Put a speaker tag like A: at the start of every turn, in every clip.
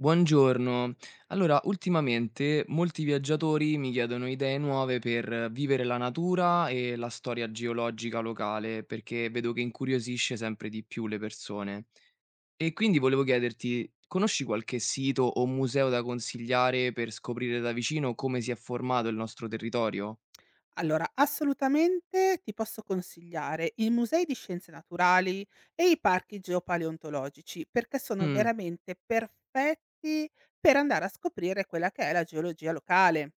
A: Buongiorno. Allora, ultimamente molti viaggiatori mi chiedono idee nuove per vivere la natura e la storia geologica locale, perché vedo che incuriosisce sempre di più le persone. E quindi volevo chiederti, conosci qualche sito o museo da consigliare per scoprire da vicino come si è formato il nostro territorio?
B: Allora, assolutamente ti posso consigliare i musei di scienze naturali e i parchi geopaleontologici, perché sono
A: Mm,
B: veramente perfetti per andare a scoprire quella che è la geologia locale.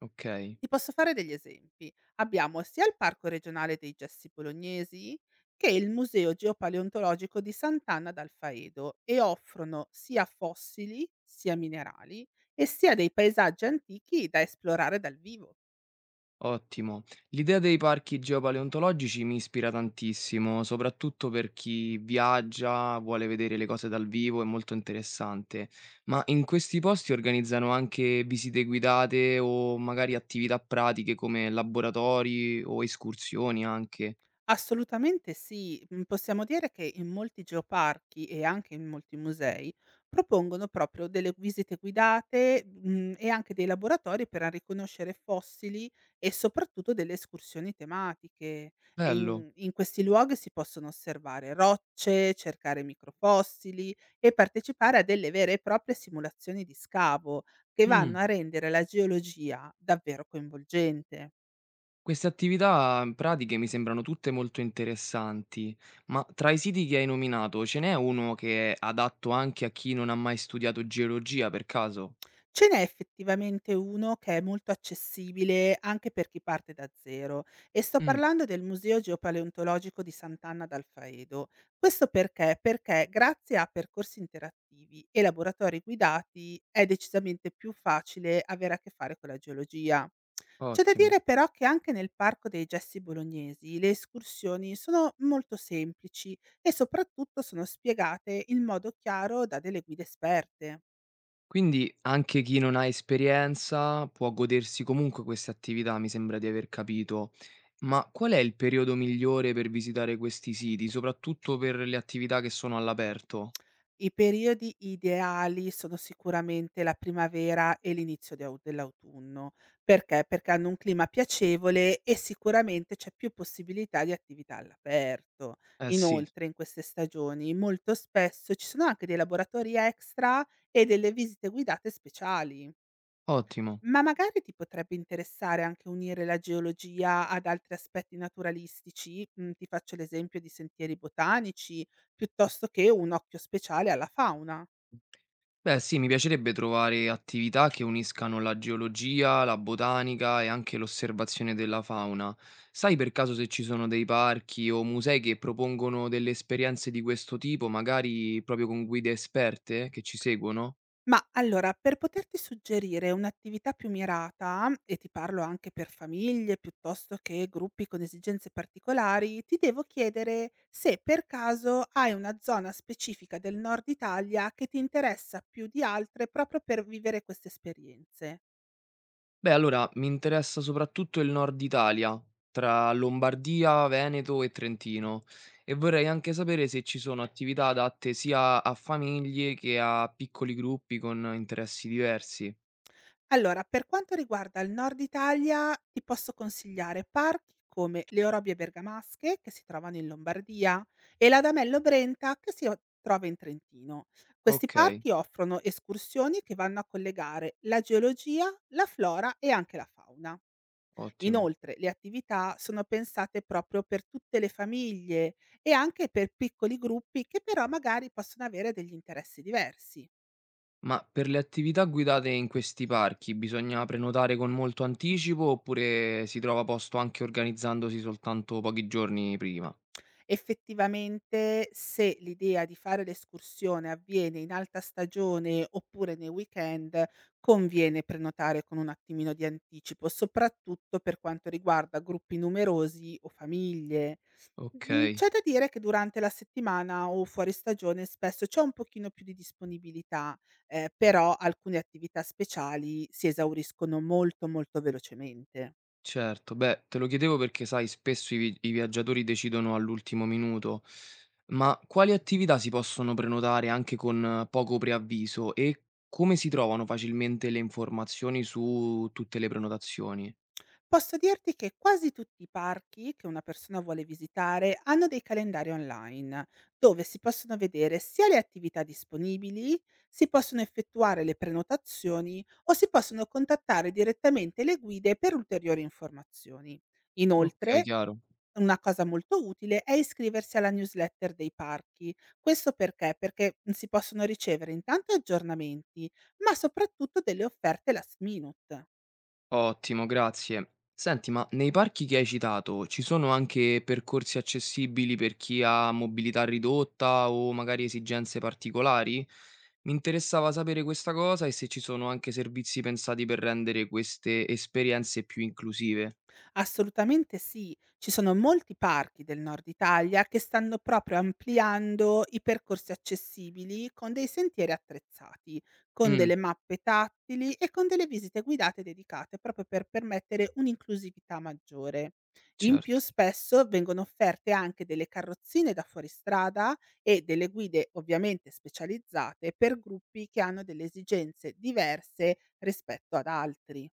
A: ok.
B: Ti posso fare degli esempi. Abbiamo sia il Parco regionale dei Gessi Bolognesi che il Museo geopaleontologico di Sant'Anna d'Alfaedo e offrono sia fossili, sia minerali e sia dei paesaggi antichi da esplorare dal vivo.
A: Ottimo. L'idea dei parchi geopaleontologici mi ispira tantissimo, soprattutto per chi viaggia, vuole vedere le cose dal vivo, è molto interessante. Ma in questi posti organizzano anche visite guidate o magari attività pratiche come laboratori o escursioni anche.
B: Assolutamente sì, possiamo dire che in molti geoparchi e anche in molti musei propongono proprio delle visite guidate, e anche dei laboratori per a riconoscere fossili e soprattutto delle escursioni tematiche. E
A: Bello.
B: in in questi luoghi si possono osservare rocce, cercare microfossili e partecipare a delle vere e proprie simulazioni di scavo, che
A: Mm.
B: vanno a rendere la geologia davvero coinvolgente.
A: Queste attività pratiche mi sembrano tutte molto interessanti, ma tra i siti che hai nominato ce n'è uno che è adatto anche a chi non ha mai studiato geologia per caso?
B: Ce n'è effettivamente uno che è molto accessibile anche per chi parte da zero e sto
A: Mh,
B: parlando del Museo Geopaleontologico di Sant'Anna d'Alfaedo. Questo perché? Perché grazie a percorsi interattivi e laboratori guidati è decisamente più facile avere a che fare con la geologia. C'è da
A: ottimo.
B: dire però che anche nel Parco dei Gessi Bolognesi le escursioni sono molto semplici e soprattutto sono spiegate in modo chiaro da delle guide esperte.
A: Quindi anche chi non ha esperienza può godersi comunque queste attività, mi sembra di aver capito. Ma qual è il periodo migliore per visitare questi siti, soprattutto per le attività che sono all'aperto?
B: I periodi ideali sono sicuramente la primavera e l'inizio di au dell'autunno. Perché? Perché hanno un clima piacevole e sicuramente c'è più possibilità di attività all'aperto.
A: Eh sì,
B: Inoltre in queste stagioni molto spesso ci sono anche dei laboratori extra e delle visite guidate speciali.
A: ottimo.
B: Ma magari ti potrebbe interessare anche unire la geologia ad altri aspetti naturalistici, ti faccio l'esempio di sentieri botanici, piuttosto che un occhio speciale alla fauna.
A: Beh sì, mi piacerebbe trovare attività che uniscano la geologia, la botanica e anche l'osservazione della fauna. Sai per caso se ci sono dei parchi o musei che propongono delle esperienze di questo tipo, magari proprio con guide esperte che ci seguono?
B: Ma allora, per poterti suggerire un'attività più mirata, e ti parlo anche per famiglie piuttosto che gruppi con esigenze particolari, ti devo chiedere se per caso hai una zona specifica del nord Italia che ti interessa più di altre proprio per vivere queste esperienze.
A: Beh, allora mi interessa soprattutto il nord Italia, tra Lombardia, Veneto e Trentino, e vorrei anche sapere se ci sono attività adatte sia a famiglie che a piccoli gruppi con interessi diversi.
B: Allora, per quanto riguarda il Nord Italia, ti posso consigliare parchi come le Orobie Bergamasche, che si trovano in Lombardia, e l'Adamello Brenta, che trova in Trentino. Questi
A: Ok.
B: parchi offrono escursioni che vanno a collegare la geologia, la flora e anche la fauna.
A: Ottimo.
B: Inoltre, le attività sono pensate proprio per tutte le famiglie e anche per piccoli gruppi che però magari possono avere degli interessi diversi.
A: Ma per le attività guidate in questi parchi bisogna prenotare con molto anticipo oppure si trova posto anche organizzandosi soltanto pochi giorni prima?
B: Effettivamente, se l'idea di fare l'escursione avviene in alta stagione oppure nei weekend, conviene prenotare con un attimino di anticipo, soprattutto per quanto riguarda gruppi numerosi o famiglie.
A: Ok,
B: C'è da dire che durante la settimana o fuori stagione spesso c'è un pochino più di disponibilità, però alcune attività speciali si esauriscono molto, molto velocemente.
A: certo. Beh, te lo chiedevo perché sai, spesso i viaggiatori decidono all'ultimo minuto. Ma quali attività si possono prenotare anche con poco preavviso e come si trovano facilmente le informazioni su tutte le prenotazioni?
B: Posso dirti che quasi tutti i parchi che una persona vuole visitare hanno dei calendari online, dove si possono vedere sia le attività disponibili, si possono effettuare le prenotazioni o si possono contattare direttamente le guide per ulteriori informazioni.
A: Ok,
B: Inoltre,
A: chiaro.
B: una cosa molto utile è iscriversi alla newsletter dei parchi. Questo perché? Perché si possono ricevere intanto aggiornamenti, ma soprattutto delle offerte last minute.
A: Ottimo, grazie. Senti, ma nei parchi che hai citato ci sono anche percorsi accessibili per chi ha mobilità ridotta o magari esigenze particolari? Mi interessava sapere questa cosa e se ci sono anche servizi pensati per rendere queste esperienze più inclusive.
B: Assolutamente sì. Ci sono molti parchi del Nord Italia che stanno proprio ampliando i percorsi accessibili con dei sentieri attrezzati, con
A: Mm,
B: delle mappe tattili e con delle visite guidate dedicate proprio per permettere un'inclusività maggiore. In più
A: certo.
B: spesso vengono offerte anche delle carrozzine da fuoristrada e delle guide ovviamente specializzate per gruppi che hanno delle esigenze diverse rispetto ad altri.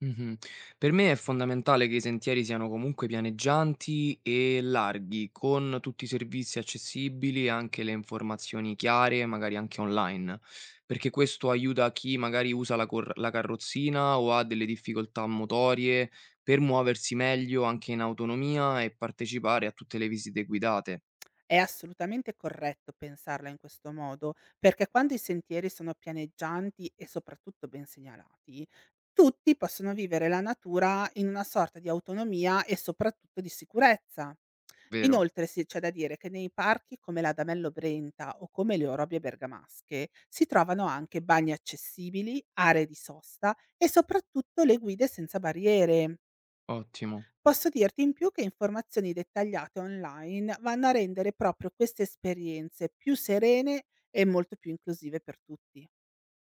A: Mh-mh. Per me è fondamentale che i sentieri siano comunque pianeggianti e larghi, con tutti i servizi accessibili e anche le informazioni chiare, magari anche online, perché questo aiuta chi magari usa la carrozzina o ha delle difficoltà motorie per muoversi meglio anche in autonomia e partecipare a tutte le visite guidate,
B: È assolutamente corretto pensarla in questo modo, perché quando i sentieri sono pianeggianti e soprattutto ben segnalati, tutti possono vivere la natura in una sorta di autonomia e soprattutto di sicurezza.
A: vero?
B: Inoltre sì, c'è da dire che nei parchi come l'Adamello Brenta o come le Orobie Bergamasche si trovano anche bagni accessibili, aree di sosta e soprattutto le guide senza barriere.
A: Ottimo.
B: Posso dirti in più che informazioni dettagliate online vanno a rendere proprio queste esperienze più serene e molto più inclusive per tutti.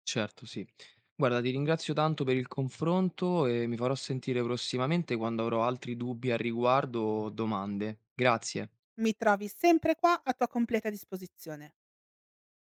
A: Certo, sì. Guarda, ti ringrazio tanto per il confronto e mi farò sentire prossimamente quando avrò altri dubbi al riguardo o domande. Grazie.
B: Mi trovi sempre qua a tua completa disposizione.